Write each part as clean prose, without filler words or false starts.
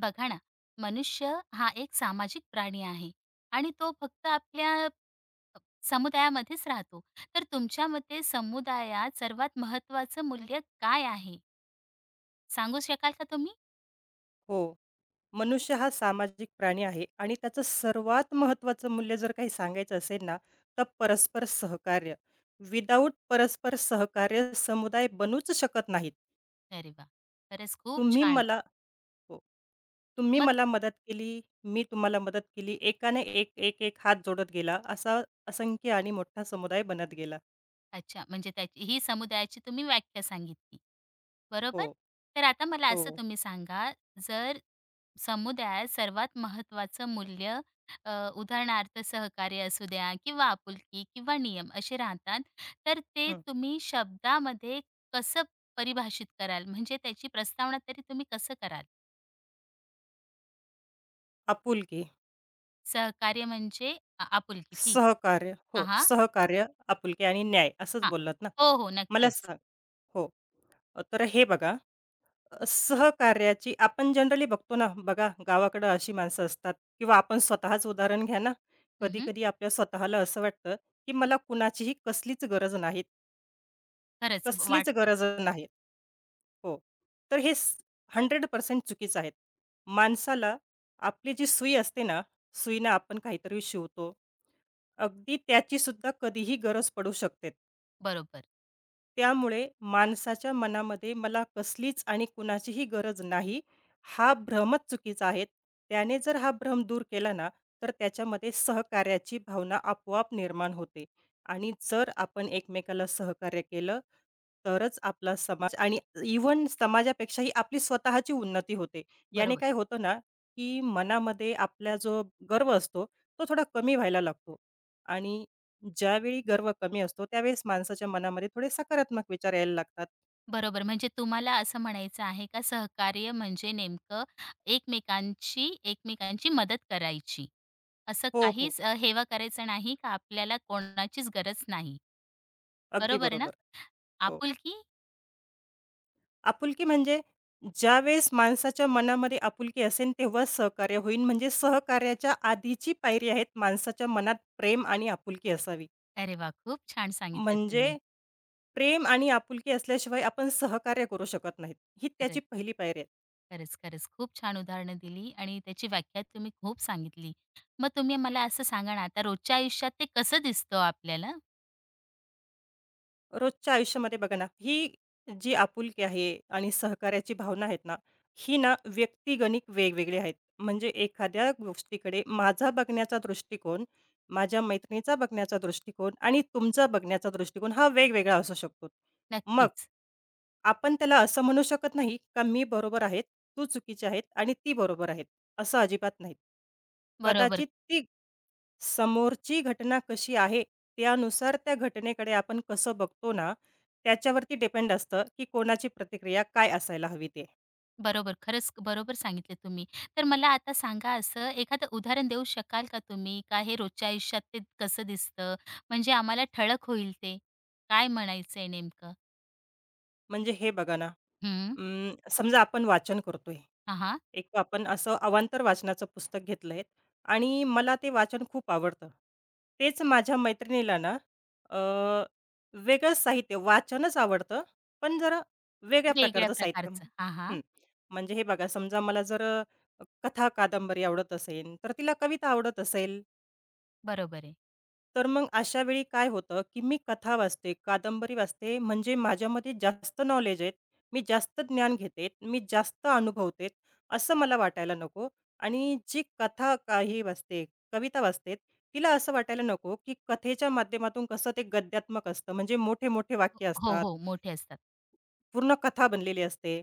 बघा ना, मनुष्य हा एक सामाजिक प्राणी आहे आणि तो फक्त आपल्या समुदायामध्येच राहतो. तर तुमच्या मते समुदायात सर्वात महत्त्वाचं मूल्य काय आहे? सांगू शकाल का तुम्ही? हो. मनुष्य हा सामाजिक प्राणी आहे आणि त्याचं सर्वात महत्त्वाचं मूल्य जर काही सांगायचं असेल ना, तर परस्पर सहकार्य. विदाऊट परस्पर सहकार्य समुदाय बनूच शकत नाहीत. अरे वाह! खरंच खूप तुम्ही छान. मला हो. तुम्ही मग मला मदत केली, मी तुम्हाला मदत केली. एकाने एक, एक, एक हात जोडत गेला. असा असंख्य आणि मोठा समुदाय बनत गेला. अच्छा, म्हणजे त्याची ही समुदायाची तुम्ही व्याख्या सांगितली, बरोबर? हो, तर आता मला हो. असं तुम्ही सांगा, जर समुदायात सर्वात महत्त्वाचं मूल्य अ, उदाहरणार्थ सहकार्य असू द्या किंवा आपुलकी किंवा नियम असे राहतात, तर ते हं. तुम्ही शब्दामध्ये कसं परिभाषित कराल? म्हणजे त्याची प्रस्तावना तरी तुम्ही कसं कराल? आपुलकी, सहकार्य म्हणजे आपुलकी, ठीक. सहकार्य हां, हो, हां, सहकार्य, आपुलकी आणि न्याय असंच हां. बोललात ना. हो, हो, मला नक्कीच. सांग हो. तर हे बघा, सहकार्याची आपण जनरली बघतो ना, बघा गावाकडं अशी माणसं असतात किंवा आपण स्वतःच उदाहरण घ्या ना, हं, कधी-कधी आपल्या स्वतःला असं वाटतं, की मला कुणाचीही कसलीच गरज नाही, खरंच कसलीच वाटतं. गरज नाही. हो. तर हे 100% चुकीचं आहे. माणसाला आपली जी सुई असते ना, सुईनं आपण काहीतरी शिवतो. अगदी त्याचीसुद्धा कधीही गरज पडू शकते. बरोबर, त्यामुळे माणसाच्या मनामध्ये मला कसलीच आणि कुणाचीही गरज नाही, हा भ्रमच चुकीचा आहे. त्याने जर हा भ्रम दूर केला ना, तर त्याच्यामध्ये सहकार्याची भावना आपोआप निर्माण होते आणि जर आपण एकमेकाला सहकार्य केलं, तरच आपला समाज आणि इव्हन समाजापेक्षाही आपली स्वतःची उन्नती होते. याने बरोबर. काय होतं ना, की मनामध्ये आपला जो गर्व असतो, तो थोडा कमी व्हायला लागतो आणि ज्यावेळी गर्व कमी असतो, त्यावेळेस माणसाच्या मनामध्ये थोडे सकारात्मक विचार यायला लागतात. बरोबर. म्हणजे तुम्हाला असं म्हणायचं आहे का सहकार्य म्हणजे नेमकं एकमेकांची एकमेकांची मदत करायची. असं हो, हो. काहीच हेवा करायचा नाही का आपल्याला कोणाचीच गरज नाही. अगदी बरोबर ना? बरोबर. हो. आपुलकी? आपुलकी म्हणजे ज्यावेळेस माणसाच्या मनामध्ये आपुलकी असेल तेव्हाच सहकार्य होईल. म्हणजे सहकार्याच्या आधीची पायरी आहेत माणसाच्या मनात प्रेम आणि आपुलकी असावी. अरे वाह! खूप छान सांगितलं म्हणजे तुम्ही. प्रेम आणि आपुलकी असल्याशिवाय आपण सहकार्य करू शकत नाहीत. ही त्याची खरंच, पहिली पायरी. खरंच, खरंच. खूप छान उदाहरणं दिली आणि त्याची व्याख्या तुम्ही खूप सांगितली. मग तुम्ही मला असं सांगा ना, आता रोजच्या आयुष्यात ते कसं दिसतं हो आपल्याला? रोजच्या आयुष्यामध्ये बघा ना, ही जी आपुलकी आहे आणि सहकार्याची भावना आहेत ना, ही ना व्यक्तिगणिक वेगवेगळी आहेत. म्हणजे एखाद्या गोष्टीकडे माझा बघण्याचा दृष्टिकोन, माझ्या मैत्रिणीचा बघण्याचा दृष्टिकोन आणि तुमचा बघण्याचा दृष्टिकोन हा वेगवेगळा असू शकतो. मग नक्कीच. आपण त्याला असं म्हणू शकत नाही का मी बरोबर आहे, तू चुकीची आहे आणि ती बरोबर आहे, असं अजिबात नाही. बरोबर. कदाचित ती समोरची घटना कशी आहे, त्यानुसार त्या घटनेकडे आपण कसं बघतो ना, त्याच्यावरती डिपेंड असतं, की कोणाची प्रतिक्रिया काय असायला हवी ते. बरोबर. खरंच बरोबर सांगितले तुम्ही. तर मला आता सांगा असं एखादं उदाहरण देऊ शकाल का तुम्ही? का हे रोजच्या आयुष्यात ते कसं दिसतं? म्हणजे आम्हाला ठळक होईल ते. काय म्हणायचंय नेमकं? म्हणजे हे बघा ना, हं. अं, समजा आपण वाचन करतोय. हां, हां. एक आपण असं अवांतर वाचनाचं पुस्तक घेतलंय आणि मला ते वाचन खूप आवडतं. तेच माझ्या मैत्रिणीला ना अ, वेगळंच साहित्य वाचनच आवडतं, पण जरा वेगळ्या वेगळ्या प्रकारचं साहित्य. प्रकारचं. हां, हां. हं. म्हणजे हे बघा समजा मला जर कथा, कादंबरी आवडत असेल, तर तिला कविता आवडत असेल. बरोबर आहे. तर मग अशा वेळी काय होतं, की मी कथा वाचते, कादंबरी वाचते, म्हणजे माझ्यामध्ये जास्त नॉलेज आहे. मी जास्त ज्ञान घेते, मी जास्त अनुभवते, असं मला वाटायला नको आणि जी कथा काही वाचते, कविता वाचते, तिला असं वाटायला नको, की कथेच्या माध्यमातून कसं ते गद्यात्मक असतं, म्हणजे मोठे-मोठे वाक्य हो, असतात. हो. मोठे असतात. पूर्ण कथा बनलेली असते.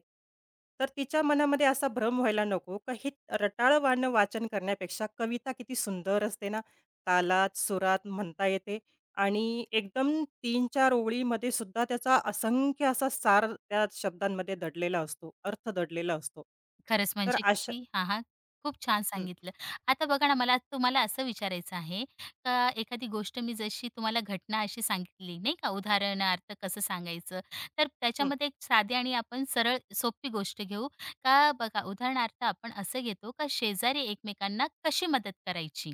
तर तिच्या मनामध्ये असा भ्रम व्हायला नको, का हे रटाळवाणं वाचन करण्यापेक्षा कविता किती सुंदर असते ना, तालात, सुरात म्हणता येते आणि एकदम 3-4 ओळीमध्ये सुद्धा त्याचा असंख्य असा सार त्या शब्दांमध्ये दडलेला असतो, अर्थ दडलेला असतो. खरंच तर म्हणजे अशा किती हां, हां. खूप छान हं, सांगितलं. आता बघा ना, मला तुम्हाला असं विचारायचं आहे, का एखादी गोष्ट मी जशी तुम्हाला घटना अशी सांगितली नाही का, उदाहरणार्थ कसं सांगायचं, तर हं. त्याच्यामध्ये एक साधी आणि आपण सरळ सोपी गोष्ट घेऊ. का बघा उदाहरणार्थ आपण असं घेतो, का शेजारी एकमेकांना कशी मदत करायची.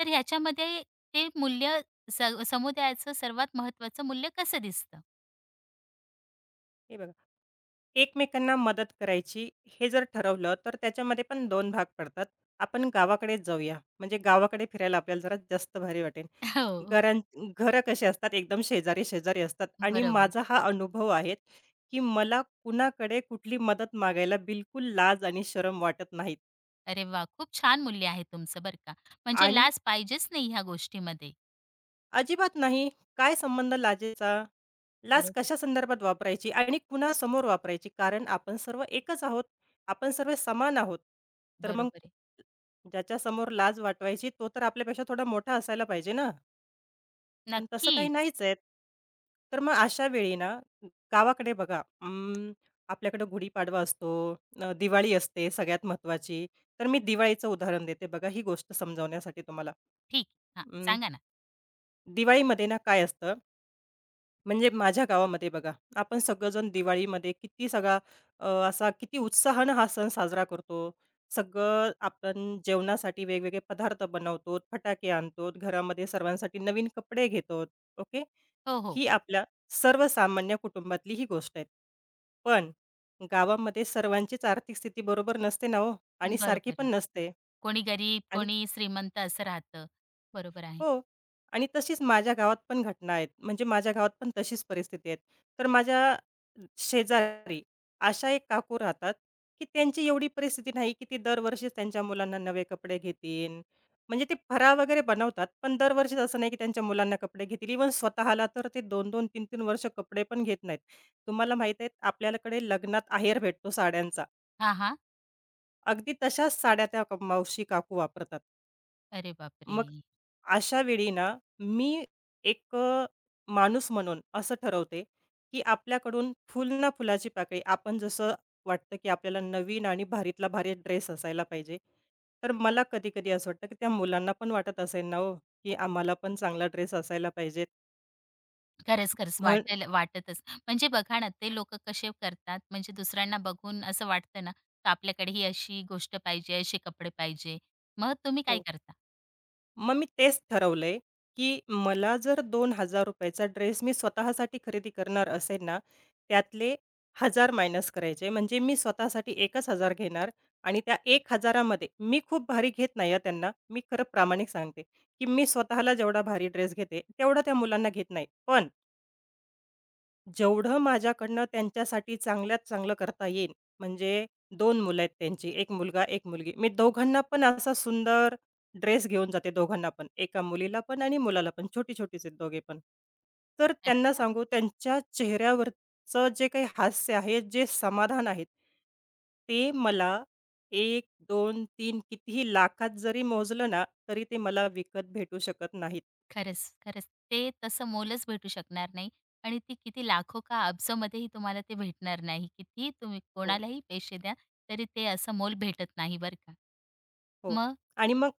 तर ह्याच्यामध्ये ते मूल्य स समुदायाचं सर्वात महत्त्वाचं मूल्य कसं दिसतं? हे बघा, एकमेकांना मदत करायची हे जर ठरवलं, तर त्याच्यामध्ये पण 2 भाग पडतात. आपण गावाकडेच जाऊया, म्हणजे गावाकडे फिरायला आपल्याला जरा जास्त भारी वाटेल. हो, घरां घरं कशी असतात, एकदम शेजारी-शेजारी असतात आणि बरोबर. माझा हा अनुभव आहे, की मला कुणाकडे कुठली मदत मागायला बिलकुल लाज आणि शरम वाटत नाहीत. अरे वाह! खूप छान मूल्य आहे तुमचं बरं का. म्हणजे आणि लाज पाहिजेच नाही ह्या गोष्टीमध्ये. अजिबात नाही. काय संबंध लाजेचा? लाज बरोबर, कशा संदर्भात वापरायची आणि कुणासमोर वापरायची? कारण आपण सर्व एकच आहोत. आपण सर्व समान आहोत. तर मग बरोबर आहे. ज्याच्यासमोर लाज वाटवायची तो तर आपल्यापेक्षा थोडा मोठा असायला पाहिजे ना? पण तसं काही नक्कीच. नाहीच आहेत. तर मग अशा वेळी ना, गावाकडे बघा आपल्याकडे गुढीपाडवा असतो, दिवाळी असते सगळ्यात महत्त्वाची. तर मी दिवाळीचं उदाहरण देते बघा ही गोष्ट समजावण्यासाठी तुम्हाला. ठीक. हां, अं, सांगा ना. दिवाळीमध्ये ना काय असतं म्हणजे माझ्या गावामध्ये बघा, आपण सगळेजण दिवाळीमध्ये किती सगळा असा किती उत्साहानं हा सण साजरा करतो. सगळं आपण जेवणासाठी वेगवेगळे पदार्थ बनवतो, फटाके आणतो, घरामध्ये सर्वांसाठी नवीन कपडे घेतो. ओके. हो, हो. ही आपल्या सर्वसामान्य कुटुंबातली ही गोष्ट आहे. पण गावामध्ये सर्वांचीच आर्थिक स्थिती बरोबर नसते ना हो आणि सारखी बरोबर पण आहे. नसते. कोणी गरीब, आणि कोणी श्रीमंत असं राहतं. बरोबर आहे. हो. आणि तशीच माझ्या गावात पण घटना आहेत. म्हणजे माझ्या गावात पण तशीच परिस्थिती आहे. तर माझ्या शेजारी अशा एक काकू राहतात, की त्यांची एवढी परिस्थिती नाही, की ते दरवर्षीच त्यांच्या मुलांना नवे कपडे घेतील. म्हणजे ते फराळ वगैरे बनवतात, पण दरवर्षीच असं नाही, की त्यांच्या मुलांना कपडे घेतील. इव्हन स्वतःला तर ते 2-2, 3-3 वर्ष कपडे पण घेत नाहीत. तुम्हाला माहीत आहे आपल्याकडे लग्नात आहेर भेटतो साड्यांचा. हां, हां. अगदी तशाच साड्या त्या मावशी काकू वापरतात. अरे बापरे! मग अशा वेळी ना, मी एक माणूस म्हणून असं ठरवते, की आपल्याकडून फुल ना फुलाची पाकळी आपण जसं वाटतं, की आपल्याला नवीन आणि भारीतला भारी ड्रेस असायला पाहिजे. तर मला कधी-कधी असं वाटतं, की त्या मुलांना पण वाटत असेल ना हो, की आम्हाला पण चांगला ड्रेस असायला पाहिजे. खरंच, खरंच म्हण वाटेल वाटतच. म्हणजे बघा ना, ते लोकं कसे करतात म्हणजे दुसऱ्यांना बघून असं वाटतं ना, का आपल्याकडे ही अशी गोष्ट पाहिजे, असे कपडे पाहिजे. मग तुम्ही काय हो. करता? मग मी तेच ठरवलंय, की मला जर ₹2000 चा ड्रेस मी स्वतःसाठी खरेदी करणार असेल ना, त्यातले 1000 मायनस करायचे. म्हणजे मी स्वतःसाठी एकच हजार घेणार आणि त्या 1000 मध्ये मी खूप भारी घेत नाही आहे त्यांना. मी खरं प्रामाणिक सांगते, की मी स्वतःला जेवढा भारी ड्रेस घेते, तेवढा त्या मुलांना घेत नाही. पण जेवढं माझ्याकडनं त्यांच्यासाठी चांगल्यात चांगलं करता येईल, म्हणजे 2 मुलं आहेत त्यांची, 1 मुलगा, 1 मुलगी. मी दोघांना पण असा सुंदर ड्रेस घेऊन जाते दोघांना पण. एका मुलीला पण आणि मुलाला पण. छोटी-छोटीच आहेत दोघे पण. तर त्यांना अच्छा. सांगू त्यांच्या चेहऱ्यावरचं जे काही हास्य आहे, जे समाधान आहे, ते मला 1, 2, 3 कितीही लाखात जरी मोजलं ना, तरी ते मला विकत भेटू शकत नाहीत. खरंच, खरंच. ते तसं मोलच भेटू शकणार नाही आणि ती किती लाखो का अब्जमध्येही तुम्हाला ते भेटणार नाही. कितीही तुम्ही हो. कोणालाही पैसे द्या, तरी ते असं मोल भेटत नाही बरं का. हो. मग आणि मग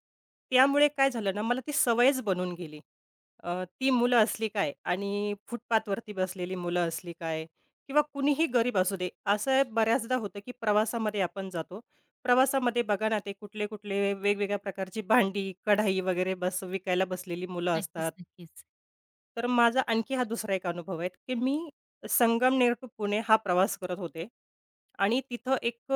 त्यामुळे काय झालं ना, मला ती सवयच बनून गेली. ती मुलं असली काय आणि फुटपाथवरती बसलेली मुलं असली काय किंवा कुणीही गरीब असू दे. असं बऱ्याचदा होतं, की प्रवासामध्ये आपण जातो. प्रवासामध्ये बघा ना, ते कुठले-कुठले वेगवेगळ्या प्रकारची भांडी, कढाई वगैरे बस विकायला बसलेली मुलं असतात. नक्कीच, नक्कीच. तर माझा आणखी हा दुसरा एक अनुभव आहे, की मी संगमनेर टू पुणे हा प्रवास करत होते आणि तिथं एक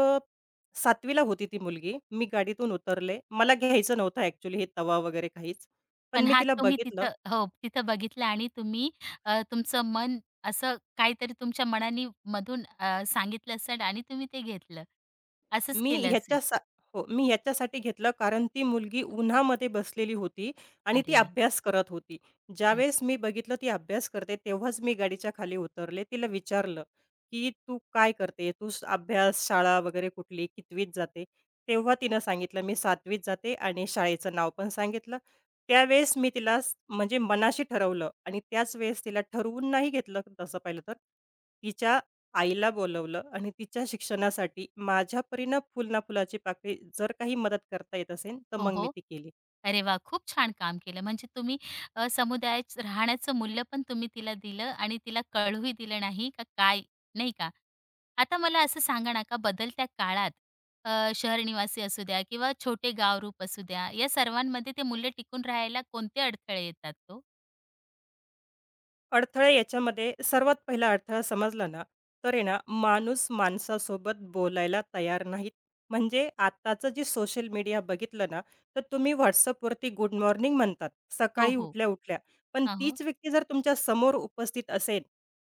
7वी ला होती ती मुलगी. मी गाडीतून उतरले. मला घ्यायचं नव्हतं ॲक्चुअली हे तवा वगैरे काहीच. पण पण मी हा तिला तुम्ही बघितलं. तिथं हो, तिथं बघितलं आणि तुम्ही तुमचं मन असं काहीतरी तुमच्या मनाने मधून सांगितलं असेल आणि तुम्ही ते घेतलं. असंच मी केलं असेल. ह्याच्यासा हो, मी ह्याच्यासाठी घेतलं कारण ती मुलगी उन्हामध्ये बसलेली होती आणि ती अरे! अभ्यास करत होती. अरे! ज्यावेळेस मी बघितलं ती अभ्यास करते तेव्हाच मी गाडीच्या खाली उतरले. तिला विचारलं, की "तू काय करते? अभ्यास, शाळा वगैरे कुठली? कितवीत जाते?" तेव्हा तिनं सांगितलं, "मी 7वीत जाते" आणि शाळेचं नाव पण सांगितलं. त्यावेळेस म्हणजे मनाशी ठरवलं आणि त्याच वेळेस तिला ठरवून नाही घेतलं तसं पाहिलं तर. तिच्या आईला बोलवलं आणि तिच्या शिक्षणासाठी माझ्यापरीनं फुल ना फुलाची पाकळी जर काही मदत करता येत असेल, तर हो, मग मी हो. ती केली. अरे वा, खूप छान काम केलं. म्हणजे तुम्ही समुदायात राहण्याचं मूल्य पण तुम्ही तिला दिलं आणि तिला कळूही दिलं नाही का काय, नाही का? आता मला असं सांगा ना, का बदलत्या काळात शहर निवासी असू द्या किंवा छोटे गावरूप असू द्या, या सर्वांमध्ये ते मूल्य टिकून राहायला कोणते अडथळे येतात ओ? अडथळे याच्यामध्ये सर्वात पहिला अडथळा समजला ना, तर आहे ना, माणूस माणसासोबत बोलायला तयार नाहीत. म्हणजे आत्ताचं जे सोशल मीडिया बघितलं ना, तर तुम्ही WhatsAppवरती गुड मॉर्निंग म्हणतात, हो, सकाळी हो. उठल्या-उठल्या. पण हां, हो. तीच व्यक्ती जर तुमच्या समोर उपस्थित असेल,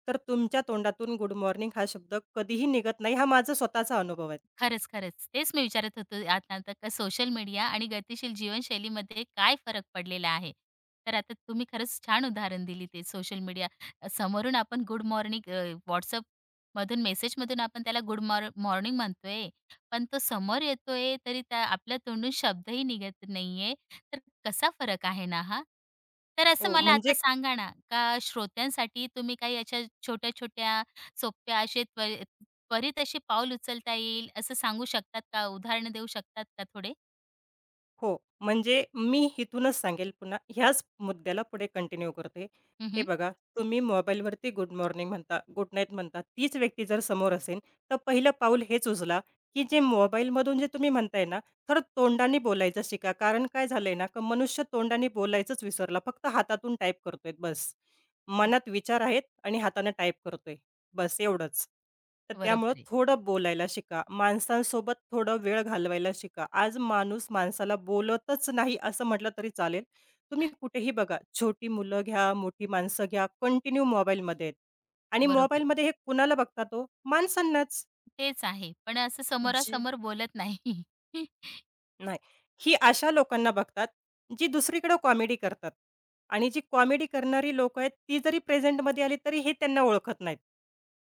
तर तुमच्या तोंडातून गुड मॉर्निंग हा शब्द कधीही निघत नाही. हा माझा स्वतःचा अनुभव आहे. खरंच, खरंच. तेच मी विचारत होतो आता आता का सोशल मीडिया आणि गतिशील जीवनशैलीमध्ये काय फरक पडलेला आहे? तर आता तुम्ही खरंच छान उदाहरण दिली ते सोशल मीडिया. समोरून आपण गुड मॉर्निंग व्हॉट्सअप मधून WhatsAppमधून आपण त्याला गुड मॉर मॉर्निंग म्हणतोय. पण तो समोर येतोय तरी त्या आपल्या तोंडून शब्दही निघत नाहीये. तर कसा फरक आहे ना हा? तर असं हो, मला म्हणजे आता सांगा ना, का श्रोत्यांसाठी तुम्ही काही अशा छोट्या-छोट्या सोप्या असे त्वरित असे पाऊल उचलता येईल असं सांगू शकतात का? उदाहरणं देऊ शकतात का थोडे? हो, म्हणजे मी इथूनच सांगेल पुन्हा ह्याच मुद्द्याला पुढे कंटिन्यू करते. हं, हे हं. बघा, तुम्ही मोबाईलवरती गुड मॉर्निंग म्हणता, गुड नाईट म्हणता. तीच व्यक्ती जर समोर असेल, तर पहिलं पाऊल हेच उचला, की जे मोबाईलमधून जे तुम्ही म्हणताय ना, तर तोंडाने बोलायचं शिका. कारण काय झालंय ना, का मनुष्य तोंडाने बोलायचंच विसरला. फक्त हातातून टाईप करतोय बस. हं. मनात विचार आहेत आणि हाताने टाईप करतोय. बस एवढंच. तर त्यामुळं बरोबर आहे. थोडं बोलायला शिका. माणसांसोबत थोडा वेळ घालवायला शिका. आज माणूस माणसाला बोलतच नाही असं म्हटलं तरी चालेल. तुम्ही कुठेही बघा, छोटी मुलं घ्या, मोठी माणसं घ्या, कंटिन्यू मोबाईलमध्ये आहेत आणि बरोबर. मोबाईलमध्ये हे कुणाला बघतात हो? माणसांनाच. तेच आहे. पण असं जे समोरासमोर बोलत नाही. नाही. ही अशा लोकांना बघतात, जी दुसरीकडे कॉमेडी करतात आणि जी कॉमेडी करणारी लोकं आहेत, ती जरी प्रेझेंटमध्ये आली, तरी हे त्यांना ओळखत नाहीत.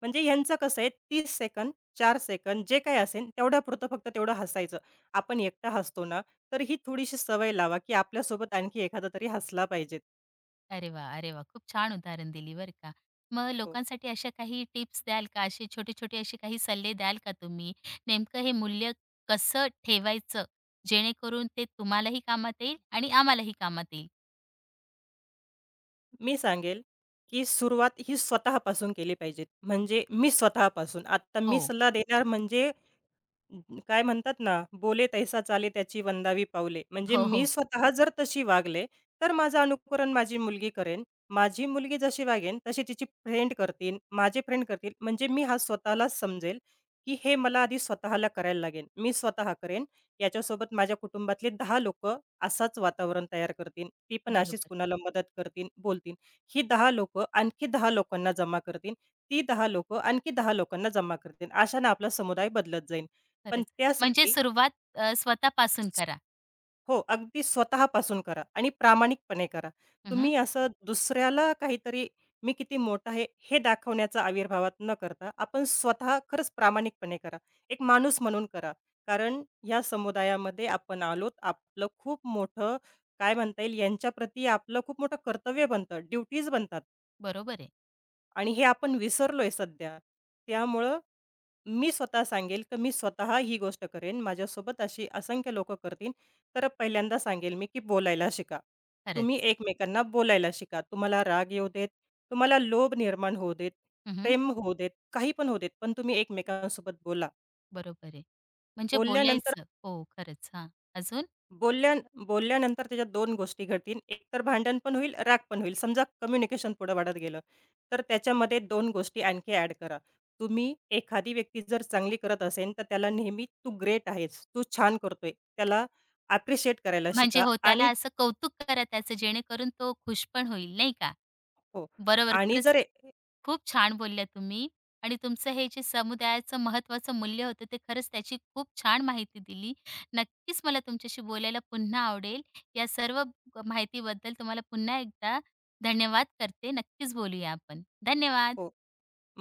म्हणजे ह्यांचं कसं आहे, 30 सेकंद, 4 सेकंद जे काही असेल, तेवढ्यापुरतं फक्त तेवढं हसायचं. आपण एकटा हसतो ना, तर ही थोडीशी सवय लावा, की आपल्यासोबत आणखी एखादा तरी हसला पाहिजे. अरे वा, अरे वा, खूप छान उदाहरण दिली बरं का. मग हो. लोकांसाठी अशा काही टिप्स द्याल का? असे छोटे-छोटे असे काही सल्ले द्याल का तुम्ही? नेमकं हे मूल्य कसं ठेवायचं? जेणेकरून ते तुम्हालाही कामात येईल आणि आम्हालाही कामात येईल. मी सांगेल, की सुरुवात ही स्वतःपासून केली पाहिजे. म्हणजे मी स्वतःपासून. आता मी हो. सल्ला देणार म्हणजे काय म्हणतात ना, "बोले तैसा चाले त्याची वंदावी पाऊले." म्हणजे हो, मी हो. स्वतः जर तशी वागले, तर माझं अनुकरण माझी मुलगी करेन. माझी मुलगी जशी वागेन, तशी तिची फ्रेंड करतील, माझे फ्रेंड करतील. म्हणजे मी हा स्वतःलाच समजेल, की हे मला आधी स्वतःला करायला लागेल. मी स्वतः करेन. याच्यासोबत माझ्या कुटुंबातले 10 लोकं असाच वातावरण तयार करतील. ती पण अशीच बरोबर. कुणाला मदत करतील, बोलतील. ही 10 लोकं आणखी 10 लोकांना जमा करतील. ती 10 लोकं आणखी 10 लोकांना जमा करतील. अशानं आपला समुदाय बदलत जाईल. पण खरंच. म्हणजे त्यासाठी सुरुवात स्वतःपासून स- करा. हो, अगदी स्वतःपासून करा आणि प्रामाणिकपणे करा. हं, तुम्ही असं दुसऱ्याला काहीतरी मी किती मोठा आहे, हे दाखवण्याचा आविर्भावात न करता, आपण स्वतः खरंच प्रामाणिकपणे करा. एक माणूस म्हणून करा. कारण या समुदायामध्ये आपण आलोत. आपलं खूप मोठं काय म्हणता येईल, यांच्याप्रती आपलं खूप मोठं कर्तव्य बनतं, ड्युटीज बनतात बरोबर आहे. आणि हे आपण विसरलोय सध्या. त्यामुळं मी स्वतः सांगेल, की मी स्वतः ही गोष्ट करेन. माझ्यासोबत अशी असंख्य लोकं करतील. तर पहिल्यांदा सांगेल मी, की बोलायला शिका. तुम्ही खरंच. एकमेकांना बोलायला शिका. तुम्हाला राग येऊ देत, तुम्हाला लोभ निर्माण होऊ देत, हं, हं. प्रेम होऊ देत, काही पण होऊ देत, पण तुम्ही एकमेकांसोबत बोला. बरोबर आहे. म्हणजे बोलल्यानंतर बोलायचं. हो, खरंच. हां. अजून? बोलल्या बोलल्यानंतर त्याच्यात दोन गोष्टी घडतील. एक तर भांडण पण होईल, राग पण होईल. समजा कम्युनिकेशन पुढे वाढत गेलं, तर त्याच्यामध्ये दोन गोष्टी आणखी ॲड करा. तुम्ही एखादी व्यक्ती जर चांगली करत असेल, तर त्याला नेहमी "तू ग्रेट आहेस, तू छान करतोय." त्याला ॲप्रिशिएट करायला म्हणजे शिका हो, त्याला आणि असं कौतुक करा त्याचं जेणेकरून तो खुश पण होईल, नाही का? हो. बरोबर, आणि खरंच जर ए खूप छान बोलल्या तुम्ही आणि तुमचं हे जे समुदायाचं महत्त्वाचं मूल्य होतं ते खरंच त्याची खूप छान माहिती दिली. नक्कीच मला तुमच्याशी बोलायला पुन्हा आवडेल. या सर्व माहितीबद्दल तुम्हाला पुन्हा एकदा धन्यवाद करते. नक्कीच बोलूया आपण. हो. धन्यवाद.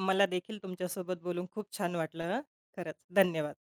मला देखील तुमच्यासोबत बोलून खूप छान वाटलं. खरंच. धन्यवाद.